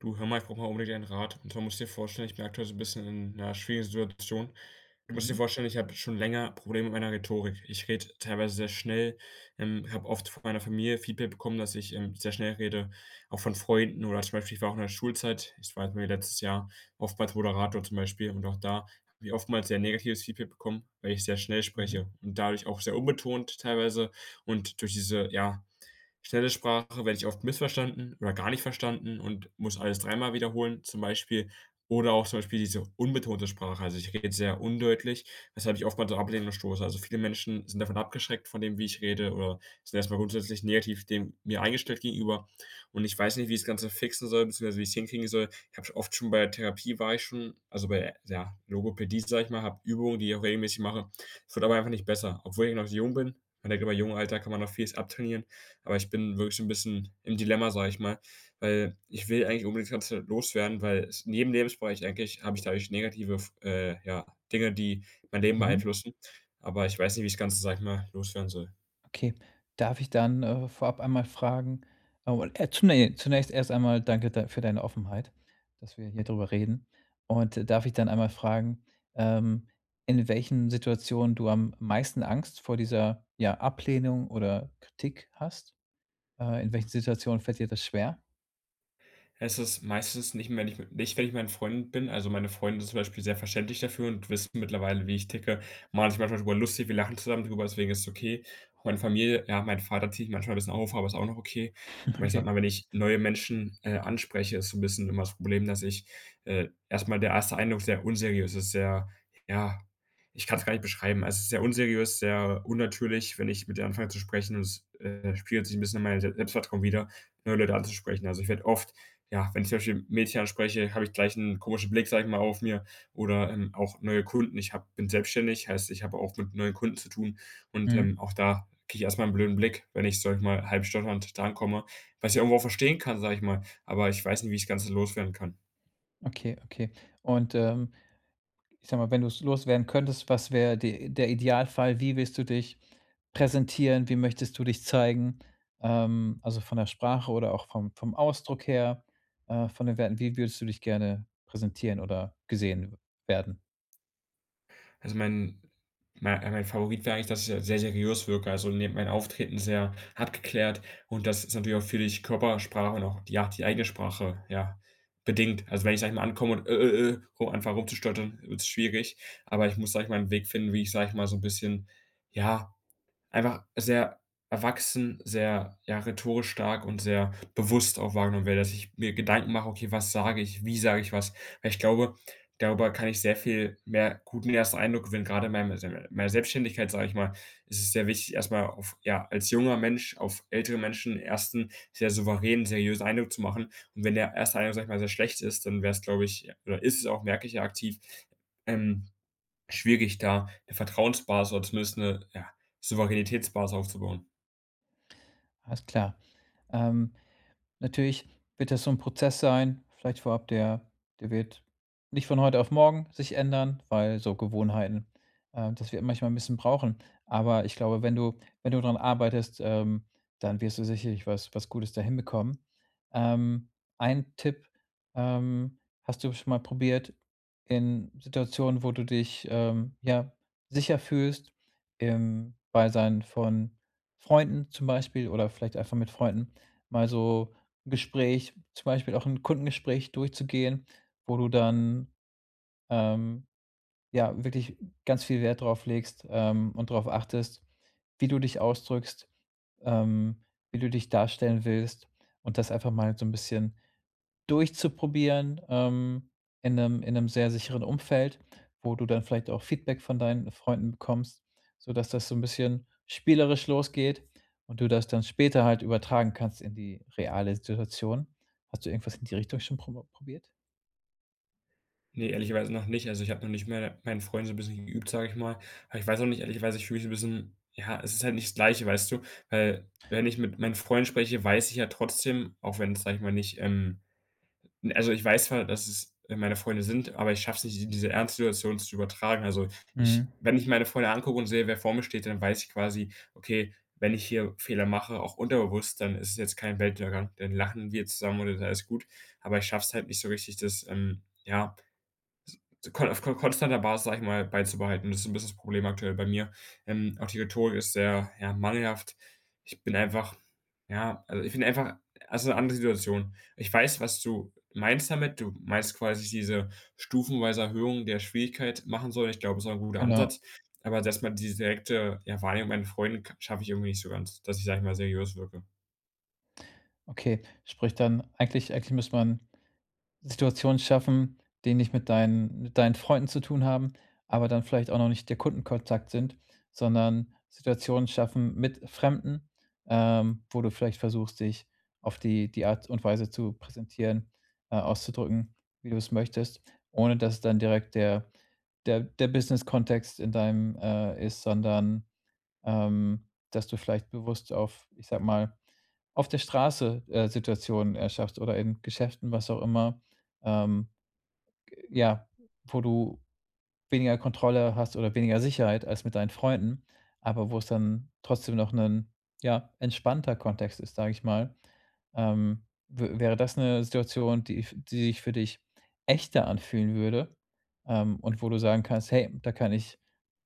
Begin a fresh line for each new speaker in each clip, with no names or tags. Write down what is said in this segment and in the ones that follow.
Du, hör mal, ich brauche mal unbedingt einen Rat. Und zwar musst du dir vorstellen, ich bin aktuell so ein bisschen in einer schwierigen Situation. Du musst dir
Mhm,
vorstellen, ich habe schon länger Probleme mit meiner Rhetorik. Ich rede teilweise sehr schnell, habe oft von meiner Familie Feedback bekommen, dass ich, sehr schnell rede, auch von Freunden oder zum Beispiel ich war auch in der Schulzeit ich war jetzt irgendwie letztes Jahr oftmals Moderator zum Beispiel, und auch da habe ich oftmals sehr negatives Feedback bekommen, weil ich sehr schnell
mhm,
spreche und dadurch auch sehr unbetont teilweise. Und durch diese, ja, schnelle Sprache werde ich oft missverstanden oder gar nicht verstanden und muss alles dreimal wiederholen, zum Beispiel. Oder auch zum Beispiel diese unbetonte Sprache. Also ich rede sehr undeutlich, weshalb ich oftmals auf Ablehnung stoße. Also viele Menschen sind davon abgeschreckt von dem, wie ich rede, oder sind erstmal grundsätzlich negativ dem mir eingestellt gegenüber. Und ich weiß nicht, wie ich das Ganze fixen soll, beziehungsweise wie ich es hinkriegen soll. Ich habe oft schon bei der Therapie war ich schon, also bei ja, Logopädie, sage ich mal, habe Übungen, die ich auch regelmäßig mache. Es wird aber einfach nicht besser, obwohl ich noch jung bin. Man denkt immer, im jungen Alter kann man noch vieles abtrainieren. Aber ich bin wirklich ein bisschen im Dilemma, sage ich mal, weil ich will eigentlich unbedingt das Ganze loswerden, weil es in jedem Lebensbereich eigentlich habe ich dadurch negative ja, Dinge, die mein Leben
mhm.
beeinflussen. Aber ich weiß nicht, wie ich das Ganze, sage ich mal, loswerden soll.
Okay. Darf ich dann, vorab einmal fragen und zunä zunächst erst einmal danke da für deine Offenheit, dass wir hier drüber reden. Und darf ich dann einmal fragen, ähm, in welchen Situationen du am meisten Angst vor dieser, ja, Ablehnung oder Kritik hast? In welchen Situationen fällt dir das schwer?
Es ist meistens nicht mehr nicht, wenn ich mein Freund bin. Also, meine Freunde sind zum Beispiel sehr verständlich dafür und wissen mittlerweile, wie ich ticke. Manchmal darüber lustig, wir lachen zusammen drüber, deswegen ist es okay. Auch meine Familie, ja, mein Vater zieht mich manchmal ein bisschen auf, aber ist auch noch okay. Aber ich sag
Okay.
mal, wenn ich neue Menschen, anspreche, ist so ein bisschen immer das Problem, dass ich, erst der erste Eindruck sehr unseriös ist, sehr ja, ich kann es gar nicht beschreiben. Also, es ist sehr unseriös, sehr unnatürlich, wenn ich mit denen anfange zu sprechen, und es, spiegelt sich ein bisschen in meinem Se Selbstvertrauen wieder, neue Leute anzusprechen. Also, ich werde oft ja, wenn ich zum Beispiel Mädchen anspreche, habe ich gleich einen komischen Blick, sage ich mal, auf mir. Oder, auch neue Kunden. Ich habe bin selbstständig, heißt, ich habe auch mit neuen Kunden zu tun, und,
Mhm.
auch da kriege ich erst mal 'n blöden Blick, wenn ich, sage ich mal, halb stotternd da ankomme, was ich irgendwo auch verstehen kann, sage ich mal, aber ich weiß nicht, wie ich das Ganze loswerden kann.
Okay, okay. Und, ähm Ich sage mal, wenn du es loswerden könntest, was wäre de der Idealfall? Wie willst du dich präsentieren? Wie möchtest du dich zeigen? Also, von der Sprache oder auch vom Ausdruck her, von den Werten. Wie würdest du dich gerne präsentieren oder gesehen werden?
Also mein Favorit wäre eigentlich, dass ich ja sehr seriös wirke, also ne mein Auftreten sehr abgeklärt, und das ist natürlich auch viel durch Körpersprache und auch, ja, die eigene Sprache, ja, bedingt. Also, wenn ich, sage ich mal, ankomme und, rum anfange rumzustottern, wird's schwierig, aber ich muss, sage ich mal, einen Weg finden, wie ich, sage ich mal, so ein bisschen, ja, einfach sehr erwachsen, sehr, ja, rhetorisch stark und sehr bewusst auch wahrgenommen werde, dass ich mir Gedanken mache: „Okay, was sage ich? Wie sage ich was?“ Weil ich glaube, darüber kann ich sehr viel mehr guten ersten Eindruck gewinnen, gerade in meinem meiner Selbstständigkeit, sage ich mal, ist es sehr wichtig, erstmal auf ja, als junger Mensch auf ältere Menschen ersten sehr souveränen, seriösen Eindruck zu machen. Und wenn der erste Eindruck, sage ich mal, sehr schlecht ist, dann wäre es, glaube ich, oder ist es auch, merke ich ja aktiv, ähm schwierig, da 'ne Vertrauensbasis oder zumindest 'ne, ja, Souveränitätsbasis aufzubauen.
Alles klar. Ähm, natürlich wird das so ein Prozess sein, vielleicht vorab, der wird nicht von heute auf morgen sich ändern, weil so Gewohnheiten, das wird manchmal ein bisschen brauchen. Aber ich glaube, wenn du daran arbeitest, dann wirst du sicherlich was Gutes da hinbekommen. Ähm, ein Tipp, ähm, hast du schon mal probiert, in Situationen, wo du dich, ja, sicher fühlst, im Beisein von Freunden zum Beispiel oder vielleicht einfach mit Freunden mal so Gespräch, zum Beispiel auch ein Kundengespräch durchzugehen, wo du dann, ähm, ja, wirklich ganz viel Wert drauf legst, und darauf achtest, wie du dich ausdrückst, ähm, wie du dich darstellen willst und das einfach mal so ein bisschen durchzuprobieren, in einem sehr sicheren Umfeld, wo du dann vielleicht auch Feedback von deinen Freunden bekommst, sodass das so ein bisschen spielerisch losgeht und du das dann später halt übertragen kannst in die reale Situation. Hast du irgendwas in die Richtung schon probo probiert?
Ne, ehrlicherweise noch nicht. Also, ich habe noch nicht mehr meinen Freunden so 'n bisschen geübt, sage ich mal. Aber ich weiß auch nicht, ehrlicherweise, ich fühle mich so 'n bisschen ja, es ist halt nicht das Gleiche, weißt du? Weil wenn ich mit meinen Freunden spreche, weiß ich ja trotzdem, auch wenn es, sage ich mal, nicht, also, ich weiß zwar, dass es, meine Freunde sind, aber ich schaffe es nicht, in diese Ernst-Situation zu übertragen. Also, ich
Mhm,
wenn ich meine Freunde angucke und sehe, wer vor mir steht, dann weiß ich quasi: „Okay, wenn ich hier Fehler mache, auch unterbewusst, dann ist es jetzt kein Weltuntergang. Dann lachen wir zusammen und dann ist alles gut.“ Aber ich schaffe es halt nicht so richtig, das, ja, so Kon auf kon konstanter Basis, sage ich mal, beizubehalten. Das ist ein bisschen das Problem aktuell bei mir. Auch die Rhetorik ist sehr, ja, mangelhaft. Ich bin einfach Ich bin einfach, also, 'ne andere Situation. Ich weiß, was du meinst damit. Du meinst quasi diese stufenweise Erhöhung der Schwierigkeit machen soll. Ich glaube, es ist auch 'n guter
genau.
Ansatz, aber selbst mal diese direkte, ja, Wahrnehmung meinen Freunden schaffe ich irgendwie nicht so ganz, dass ich, sage ich mal, seriös wirke.
Okay, sprich dann eigentlich muss man Situationen schaffen, die nicht mit deinen Freunden zu tun haben, aber dann vielleicht auch noch nicht der Kundenkontakt sind, sondern Situationen schaffen mit Fremden, wo du vielleicht versuchst, dich auf die Art und Weise zu präsentieren, auszudrücken, wie du es möchtest, ohne dass es dann direkt der Business-Kontext in deinem, ist, sondern, dass du vielleicht bewusst auf, ich sag mal, auf der Straße, Situationen erschaffst oder in Geschäften, was auch immer, ähm, ja, wo du weniger Kontrolle hast oder weniger Sicherheit als mit deinen Freunden, aber wo es dann trotzdem noch ein ja, entspannter Kontext ist, sage ich mal. W wäre das eine Situation, die f die sich für dich echter anfühlen würde, und wo du sagen kannst: „Hey, da kann ich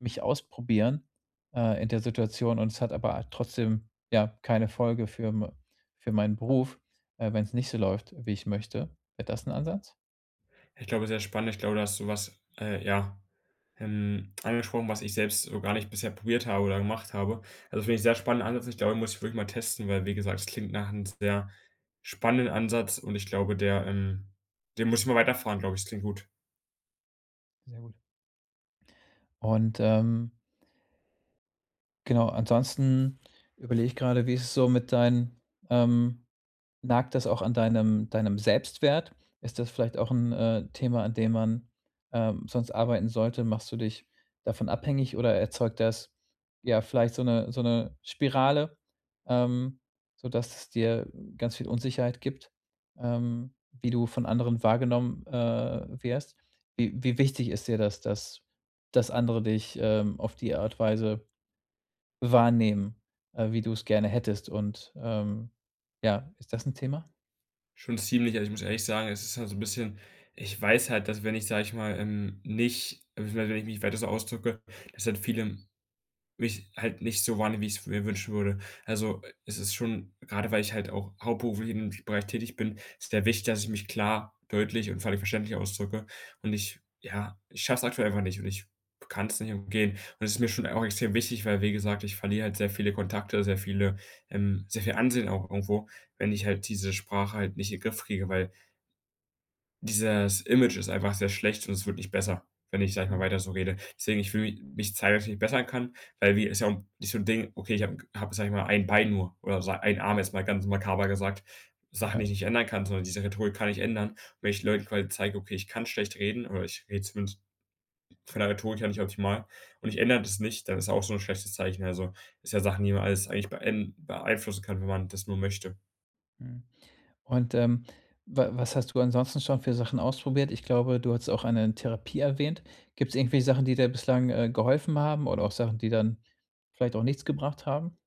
mich ausprobieren, in der Situation und es hat aber trotzdem, ja, keine Folge für m für meinen Beruf, wenn es nicht so läuft, wie ich möchte?“ Wäre das ein Ansatz?
Ich glaube, sehr spannend. Ich glaube, da hast du was, ja, angesprochen, was ich selbst so gar nicht bisher probiert habe oder gemacht habe. Also finde ich sehr spannenden Ansatz. Ich glaube, muss ich wirklich mal testen, weil wie gesagt, es klingt nach einem sehr spannenden Ansatz, und ich glaube, der, den muss ich mal weiterfahren, glaube ich. Das klingt gut.
Sehr gut. Und, genau, ansonsten überlege ich gerade, wie ist es so mit deinen, ähm, nagt das auch an deinem Selbstwert? Ist das vielleicht auch ein Thema, an dem man, sonst arbeiten sollte? Machst du dich davon abhängig oder erzeugt das, ja, vielleicht so eine Spirale, ähm, sodass es dir ganz viel Unsicherheit gibt, wie du von anderen wahrgenommen, wirst? Wie wichtig ist dir das, dass andere dich, auf die Art und Weise wahrnehmen, wie du es gerne hättest und, ja, ist das ein Thema?
Schon ziemlich, also ich muss ehrlich sagen, es ist halt so ein bisschen, ich weiß halt, dass wenn ich, sage ich mal, nicht, beziehungsweise wenn ich mich weiter so ausdrücke, dass halt viele mich halt nicht so wahrnehme, wie ich es mir wünschen würde. Also, es ist schon gerade weil ich halt auch hauptberuflich in dem Bereich tätig bin, ist sehr wichtig, dass ich mich klar, deutlich und völlig verständlich ausdrücke. Und ich ja, ich schaffe es aktuell einfach nicht, und ich kann es nicht umgehen. Und es ist mir schon auch extrem wichtig, weil, wie gesagt, ich verliere halt sehr viele Kontakte, sehr viele sehr viel Ansehen auch irgendwo, wenn ich halt diese Sprache halt nicht in den Griff kriege, weil dieses Image ist einfach sehr schlecht, und es wird nicht besser, wenn ich, sage ich mal,
Mhm.
weiter so rede. Deswegen, ich will mich zeigen, dass ich mich bessern kann, weil wie ist ja auch nicht so ein Ding, okay, ich habe, sage ich mal, ein Bein nur oder sa einen Arm, jetzt mal ganz makaber gesagt, Sachen,
Ja,
die ich nicht ändern kann, sondern diese Rhetorik kann ich ändern. Und wenn ich Leuten quasi zeige: „Okay, ich kann schlecht reden“, oder ich rede zumindest von der Rhetorik her nicht optimal und ich ändere das nicht, dann ist auch so ein schlechtes Zeichen. Also, ist ja Sachen, die man alles eigentlich beeinflussen kann, wenn man das nur möchte.
mhm. Und, wa was hast du ansonsten schon für Sachen ausprobiert? Ich glaube, du hattest auch eine Therapie erwähnt. Gibt's irgendwelche Sachen, die dir bislang, geholfen haben oder auch Sachen, die dann vielleicht auch nichts gebracht haben?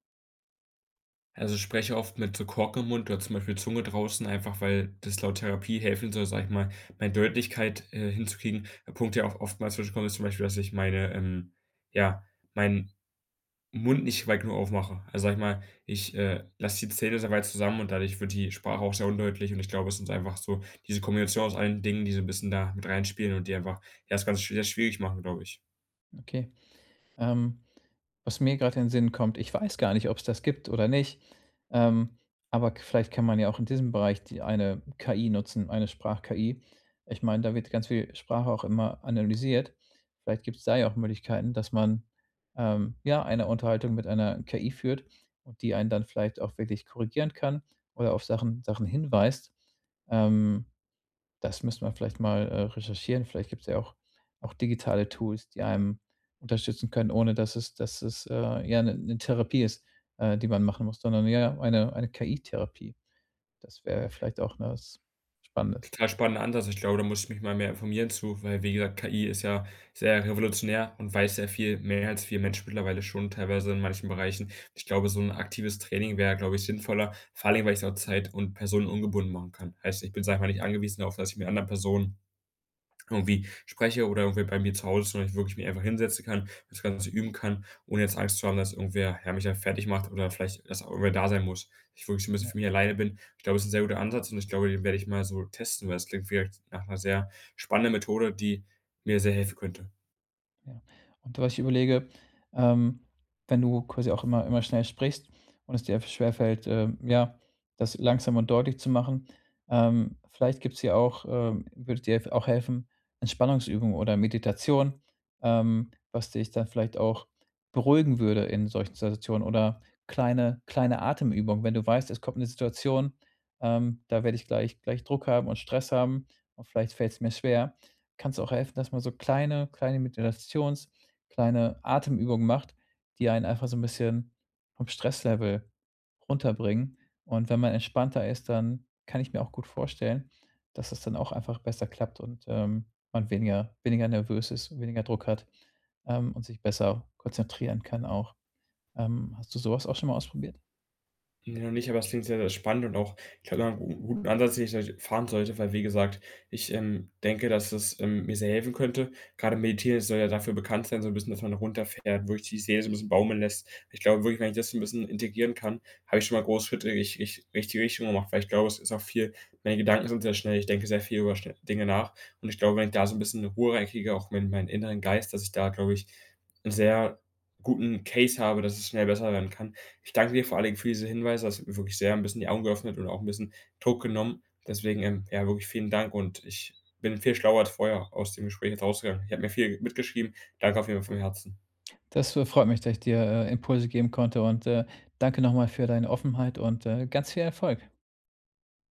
Also, ich spreche oft mit so Kork im Mund oder zum Beispiel Zunge draußen, einfach weil das laut Therapie helfen soll, sag ich mal, meine Deutlichkeit, hinzukriegen. Der Punkt, der auch oftmals zwischenkommt, ist zum Beispiel, dass ich meine, ja, meinen Mund nicht weit genug aufmache. Also, sag ich mal, ich, lasse die Zähne sehr weit zusammen, und dadurch wird die Sprache auch sehr undeutlich, und ich glaube, es ist einfach so diese Kombination aus allen Dingen, die so ein bisschen da mit reinspielen und die einfach, ja, das Ganze schw sehr schwierig machen, glaube ich.
Okay, ähm, was mir gerade in den Sinn kommt, ich weiß gar nicht, ob es das gibt oder nicht, ähm, aber k vielleicht kann man ja auch in diesem Bereich die eine KI nutzen, eine Sprach-KI. Ich meine, da wird ganz viel Sprache auch immer analysiert. Vielleicht gibt es da ja auch Möglichkeiten, dass man, ja, eine Unterhaltung mit einer KI führt und die einen dann vielleicht auch wirklich korrigieren kann oder auf Sachen hinweist. Ähm, Das müsste man vielleicht mal, recherchieren. Vielleicht gibt es ja auch auch digitale Tools, die einem unterstützen können, ohne dass es, ja eine 'ne Therapie ist, die man machen muss, sondern ja eine KI-Therapie. Das wäre vielleicht auch 'ne was Spannendes.
Total spannender Ansatz. Ich glaube, da muss ich mich mal mehr informieren zu, weil, wie gesagt, KI ist ja sehr revolutionär und weiß sehr viel mehr als wir Menschen mittlerweile schon teilweise in manchen Bereichen. Ich glaube, so ein aktives Training wäre, glaube ich, sinnvoller, vor allem Dingen, weil ich's auch zeit und personenungebunden machen kann. Heißt, ich bin, sage ich mal, nicht angewiesen darauf, dass ich mit anderen Personen irgendwie spreche oder irgendwie bei mir zu Hause, sondern ich wirklich mich einfach hinsetzen kann, das Ganze üben kann, ohne jetzt Angst zu haben, dass irgendwer, ja, mich dann fertig macht oder vielleicht, dass auch irgendwer da sein muss. Ich wirklich so 'n bisschen für mich alleine bin. Ich glaube, es ist ein sehr guter Ansatz, und ich glaube, den werde ich mal so testen, weil es klingt vielleicht nach einer sehr spannenden Methode, die mir sehr helfen könnte.
Ja. Und was ich überlege, ähm, wenn du quasi auch immer schnell sprichst und es dir einfach schwerfällt, ja, das langsam und deutlich zu machen, vielleicht gibt's ja auch würde dir auch helfen, Entspannungsübungen oder Meditation, was dich dann vielleicht auch beruhigen würde in solchen Situationen oder kleine Atemübungen. Wenn du weißt, es kommt eine Situation, da werde ich gleich Druck haben und Stress haben und vielleicht fällt's mir schwer kann's auch helfen, dass man so kleine Atemübungen macht, die einen einfach so 'n bisschen vom Stresslevel runterbringen. Und wenn man entspannter ist, dann kann ich mir auch gut vorstellen, dass es dann auch einfach besser klappt und, man weniger nervös ist, weniger Druck hat, und sich besser konzentrieren kann auch. Hast du so was auch schon mal ausprobiert?
Ne, noch nicht, aber es klingt sehr, sehr spannend und auch, ich glaube, mal 'n gu guten Ansatz, den ich vielleicht fahren sollte, weil, wie gesagt, ich, denke, dass es, mir sehr helfen könnte. Grade Meditieren soll ja dafür bekannt sein, so 'n bisschen, dass man runterfährt, wirklich die Seele so 'n bisschen baumeln lässt. Ich glaube wirklich, wenn ich das so 'n bisschen integrieren kann, habe ich schon mal große Schritte in richtige Richtung gemacht, weil ich glaube, es ist auch viel meine Gedanken sind sehr schnell, ich denke sehr viel über schnell Dinge nach, und ich glaube, wenn ich da so 'n bisschen Ruhe reinkriege, auch meinen inneren Geist, dass ich da, glaube ich, 'n sehr guten Case habe, dass es schnell besser werden kann. Ich danke dir vor allen Dingen für diese Hinweise. Das hat mir wirklich sehr ein bisschen die Augen geöffnet und auch ein bisschen Druck genommen. Deswegen, ja, wirklich vielen Dank, und ich bin viel schlauer als vorher aus dem Gespräch jetzt rausgegangen. Ich habe mir viel mitgeschrieben. Danke auf jeden Fall vom Herzen.
Das, freut mich, dass ich dir, Impulse geben konnte und, danke noch mal für deine Offenheit und, ganz viel Erfolg.